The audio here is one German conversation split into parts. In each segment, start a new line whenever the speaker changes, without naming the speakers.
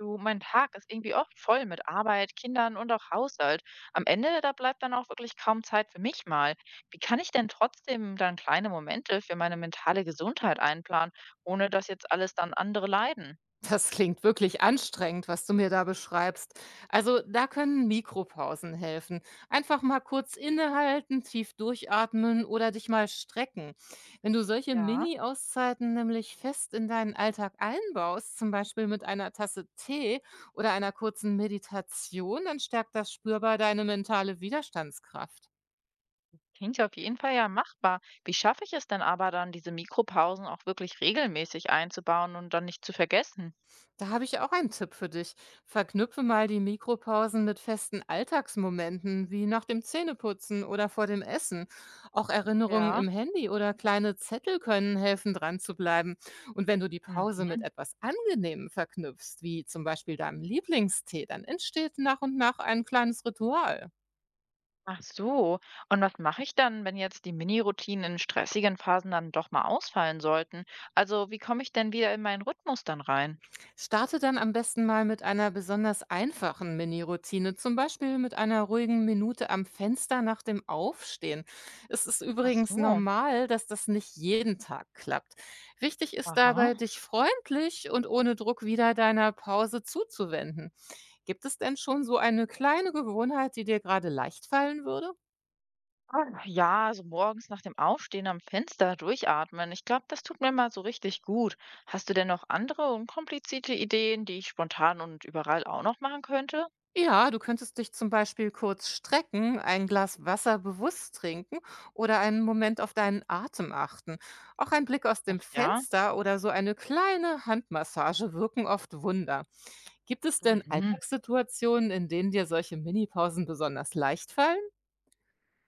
Du, mein Tag ist irgendwie oft voll mit Arbeit, Kindern und auch Haushalt. Am Ende, da bleibt dann auch wirklich kaum Zeit für mich mal. Wie kann ich denn trotzdem dann kleine Momente für meine mentale Gesundheit einplanen, ohne dass jetzt alles dann andere leiden?
Das klingt wirklich anstrengend, was du mir da beschreibst. Also da können Mikropausen helfen. Einfach mal kurz innehalten, tief durchatmen oder dich mal strecken. Wenn du solche
Ja,
Mini-Auszeiten nämlich fest in deinen Alltag einbaust, zum Beispiel mit einer Tasse Tee oder einer kurzen Meditation, dann stärkt das spürbar deine mentale Widerstandskraft.
klingt ja auf jeden Fall ja machbar. Wie schaffe ich es denn aber dann, diese Mikropausen auch wirklich regelmäßig einzubauen und dann nicht zu vergessen?
Da habe ich auch einen Tipp für dich. Verknüpfe mal die Mikropausen mit festen Alltagsmomenten, wie nach dem Zähneputzen oder vor dem Essen. Auch Erinnerungen
Ja.
im Handy oder kleine Zettel können helfen, dran zu bleiben. Und wenn du die Pause mit
Mhm.
etwas Angenehmem verknüpfst, wie zum Beispiel deinem Lieblingstee, dann entsteht nach und nach ein kleines Ritual.
Ach so. Und was mache ich dann, wenn jetzt die Mini-Routinen in stressigen Phasen dann doch mal ausfallen sollten? Also, wie komme ich denn wieder in meinen Rhythmus dann rein?
Starte dann am besten mal mit einer besonders einfachen Mini-Routine, zum Beispiel mit einer ruhigen Minute am Fenster nach dem Aufstehen. Es ist
Ach
übrigens
so.
normal, dass das nicht jeden Tag klappt. Wichtig ist
Aha.
dabei, dich freundlich und ohne Druck wieder deiner Pause zuzuwenden. Gibt es denn schon so eine kleine Gewohnheit, die dir gerade leicht fallen würde?
Ah, ja, also morgens nach dem Aufstehen am Fenster durchatmen. Ich glaube, das tut mir mal so richtig gut. Hast du denn noch andere unkomplizierte Ideen, die ich spontan und überall auch noch machen könnte?
Ja, du könntest dich zum Beispiel kurz strecken, ein Glas Wasser bewusst trinken oder einen Moment auf deinen Atem achten. Auch ein Blick aus
Ach
dem
ja.
Fenster oder so eine kleine Handmassage wirken oft Wunder. Gibt es denn
Mhm.
Alltagssituationen, in denen dir solche Minipausen besonders leicht fallen?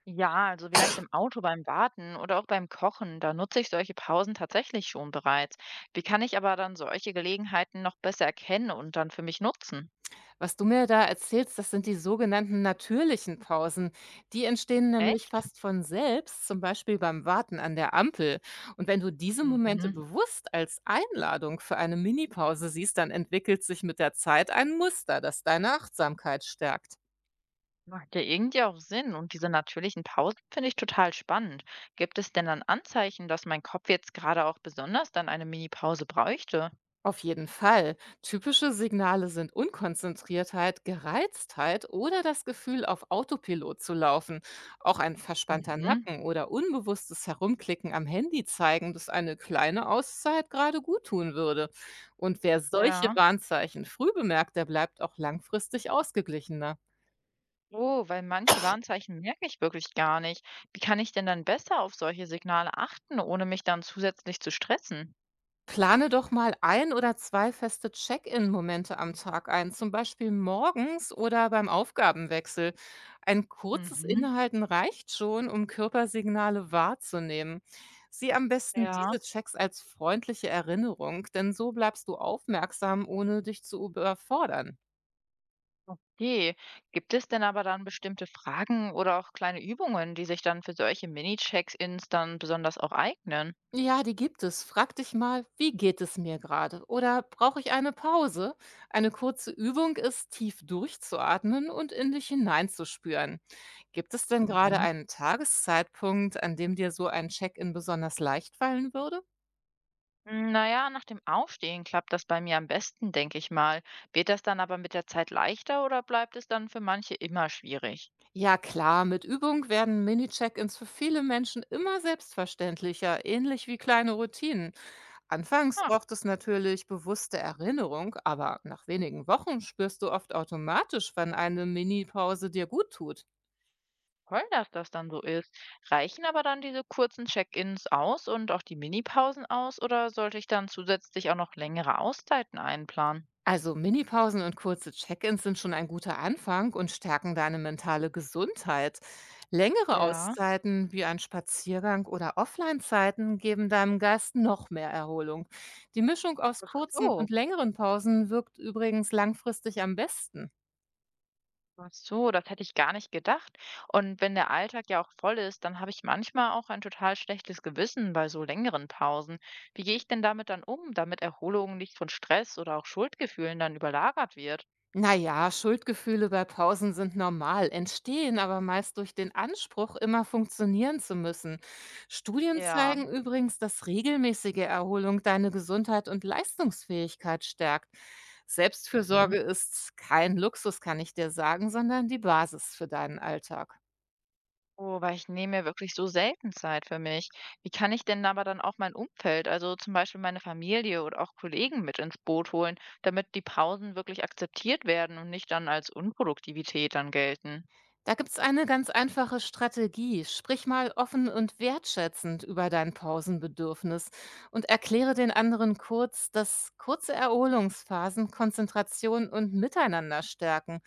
Ja, also vielleicht im Auto beim Warten oder auch beim Kochen, da nutze ich solche Pausen tatsächlich schon bereits. Wie kann ich aber dann solche Gelegenheiten noch besser erkennen und dann für mich nutzen?
Was du mir da erzählst, das sind die sogenannten natürlichen Pausen. Die entstehen nämlich
Echt?
fast von selbst, zum Beispiel beim Warten an der Ampel. Und wenn du diese Momente
Mhm.
bewusst als Einladung für eine Minipause siehst, dann entwickelt sich mit der Zeit ein Muster, das deine Achtsamkeit stärkt.
Macht ja irgendwie auch Sinn. Und diese natürlichen Pausen finde ich total spannend. Gibt es denn dann Anzeichen, dass mein Kopf jetzt gerade auch besonders dann eine Mini-Pause bräuchte?
Auf jeden Fall. Typische Signale sind Unkonzentriertheit, Gereiztheit oder das Gefühl, auf Autopilot zu laufen. Auch ein verspannter
Mhm.
Nacken oder unbewusstes Herumklicken am Handy zeigen, dass eine kleine Auszeit gerade gut tun würde. Und wer solche
Ja.
Warnzeichen früh bemerkt, der bleibt auch langfristig ausgeglichener.
Oh, weil manche Warnzeichen merke ich wirklich gar nicht. Wie kann ich denn dann besser auf solche Signale achten, ohne mich dann zusätzlich zu stressen?
Plane doch mal ein oder zwei feste Check-in-Momente am Tag ein, zum Beispiel morgens oder beim Aufgabenwechsel. Ein kurzes
Mhm.
Innehalten reicht schon, um Körpersignale wahrzunehmen. Sieh am besten
Ja,
diese Checks als freundliche Erinnerung, denn so bleibst du aufmerksam, ohne dich zu überfordern.
okay. Gibt es denn aber dann bestimmte Fragen oder auch kleine Übungen, die sich dann für solche Mini-Check-ins dann besonders auch eignen?
Ja, die gibt es. Frag dich mal, wie geht es mir gerade? Oder brauche ich eine Pause? Eine kurze Übung ist, tief durchzuatmen und in dich hineinzuspüren. Gibt es denn gerade
Mhm.
einen Tageszeitpunkt, an dem dir so ein Check-in besonders leicht fallen würde?
Hm, naja, nach dem Aufstehen klappt das bei mir am besten, denke ich mal. Wird das dann aber mit der Zeit leichter oder bleibt es dann für manche immer schwierig?
Ja, klar, mit Übung werden Mini-Check-ins für viele Menschen immer selbstverständlicher, ähnlich wie kleine Routinen. Anfangs
Ach,
braucht es natürlich bewusste Erinnerung, aber nach wenigen Wochen spürst du oft automatisch, wann eine Mini-Pause dir gut tut.
toll, dass das dann so ist. Reichen aber dann diese kurzen Check-ins aus und auch die Mini-Pausen aus oder sollte ich dann zusätzlich auch noch längere Auszeiten einplanen?
Also Minipausen und kurze Check-ins sind schon ein guter Anfang und stärken deine mentale Gesundheit. Längere
Ja.
Auszeiten wie ein Spaziergang oder Offline-Zeiten geben deinem Geist noch mehr Erholung. Die Mischung aus
Ach
kurzen und
so,
längeren Pausen wirkt übrigens langfristig am besten.
ach so, das hätte ich gar nicht gedacht. Und wenn der Alltag ja auch voll ist, dann habe ich manchmal auch ein total schlechtes Gewissen bei so längeren Pausen. Wie gehe ich denn damit dann um, damit Erholung nicht von Stress oder auch Schuldgefühlen dann überlagert wird?
Naja, Schuldgefühle bei Pausen sind normal, entstehen aber meist durch den Anspruch, immer funktionieren zu müssen. Studien
Ja,
zeigen übrigens, dass regelmäßige Erholung deine Gesundheit und Leistungsfähigkeit stärkt.
mhm,
Selbstfürsorge ist kein Luxus, kann ich dir sagen, sondern die Basis für deinen Alltag.
oh, weil ich nehme mir wirklich so selten Zeit für mich. Wie kann ich denn aber dann auch mein Umfeld, also zum Beispiel meine Familie oder auch Kollegen mit ins Boot holen, damit die Pausen wirklich akzeptiert werden und nicht dann als Unproduktivität dann gelten?
Da gibt's eine ganz einfache Strategie. Sprich mal offen und wertschätzend über dein Pausenbedürfnis und erkläre den anderen kurz, dass kurze Erholungsphasen Konzentration und Miteinander stärken.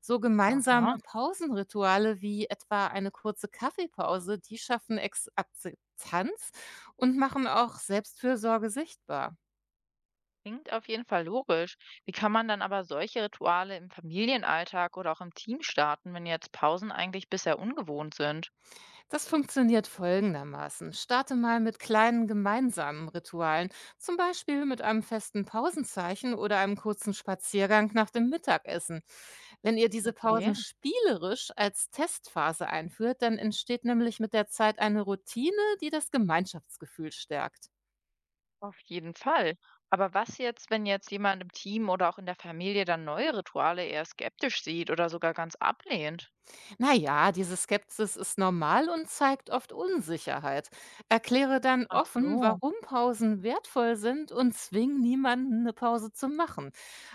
So gemeinsame
Aha.
Pausenrituale wie etwa eine kurze Kaffeepause, die schaffen Ex Akzeptanz und machen auch Selbstfürsorge sichtbar.
Klingt auf jeden Fall logisch. Wie kann man dann aber solche Rituale im Familienalltag oder auch im Team starten, wenn jetzt Pausen eigentlich bisher ungewohnt sind?
Das funktioniert folgendermaßen. Starte mal mit kleinen gemeinsamen Ritualen, zum Beispiel mit einem festen Pausenzeichen oder einem kurzen Spaziergang nach dem Mittagessen. Wenn ihr diese Pausen
Okay,
spielerisch als Testphase einführt, dann entsteht nämlich mit der Zeit eine Routine, die das Gemeinschaftsgefühl stärkt.
auf jeden Fall. Aber was jetzt, wenn jetzt jemand im Team oder auch in der Familie dann neue Rituale eher skeptisch sieht oder sogar ganz ablehnt?
Naja, diese Skepsis ist normal und zeigt oft Unsicherheit. Erkläre dann
Ach
offen,
so,
warum Pausen wertvoll sind und zwing niemanden, eine Pause zu machen.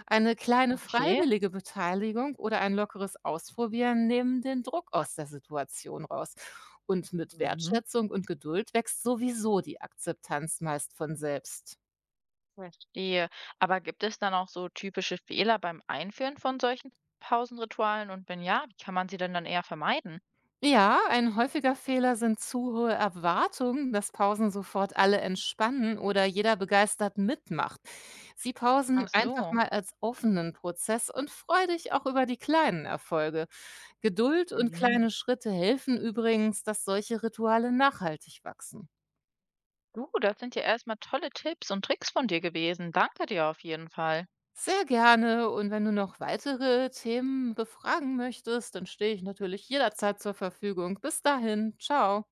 Eine kleine
okay.
freiwillige Beteiligung oder ein lockeres Ausprobieren nehmen den Druck aus der Situation raus. Und mit
Mhm.
Wertschätzung und Geduld wächst sowieso die Akzeptanz meist von selbst.
Verstehe. Aber gibt es dann auch so typische Fehler beim Einführen von solchen Pausenritualen? Und wenn ja, wie kann man sie denn dann eher vermeiden?
Ja, ein häufiger Fehler sind zu hohe Erwartungen, dass Pausen sofort alle entspannen oder jeder begeistert mitmacht. Sie pausen
Ach
einfach
so.
mal als offenen Prozess und freu dich auch über die kleinen Erfolge. Geduld und
Mhm.
kleine Schritte helfen übrigens, dass solche Rituale nachhaltig wachsen.
Du, das sind ja erstmal tolle Tipps und Tricks von dir gewesen. Danke dir auf jeden Fall.
Sehr gerne und wenn du noch weitere Themen befragen möchtest, dann stehe ich natürlich jederzeit zur Verfügung. Bis dahin, ciao.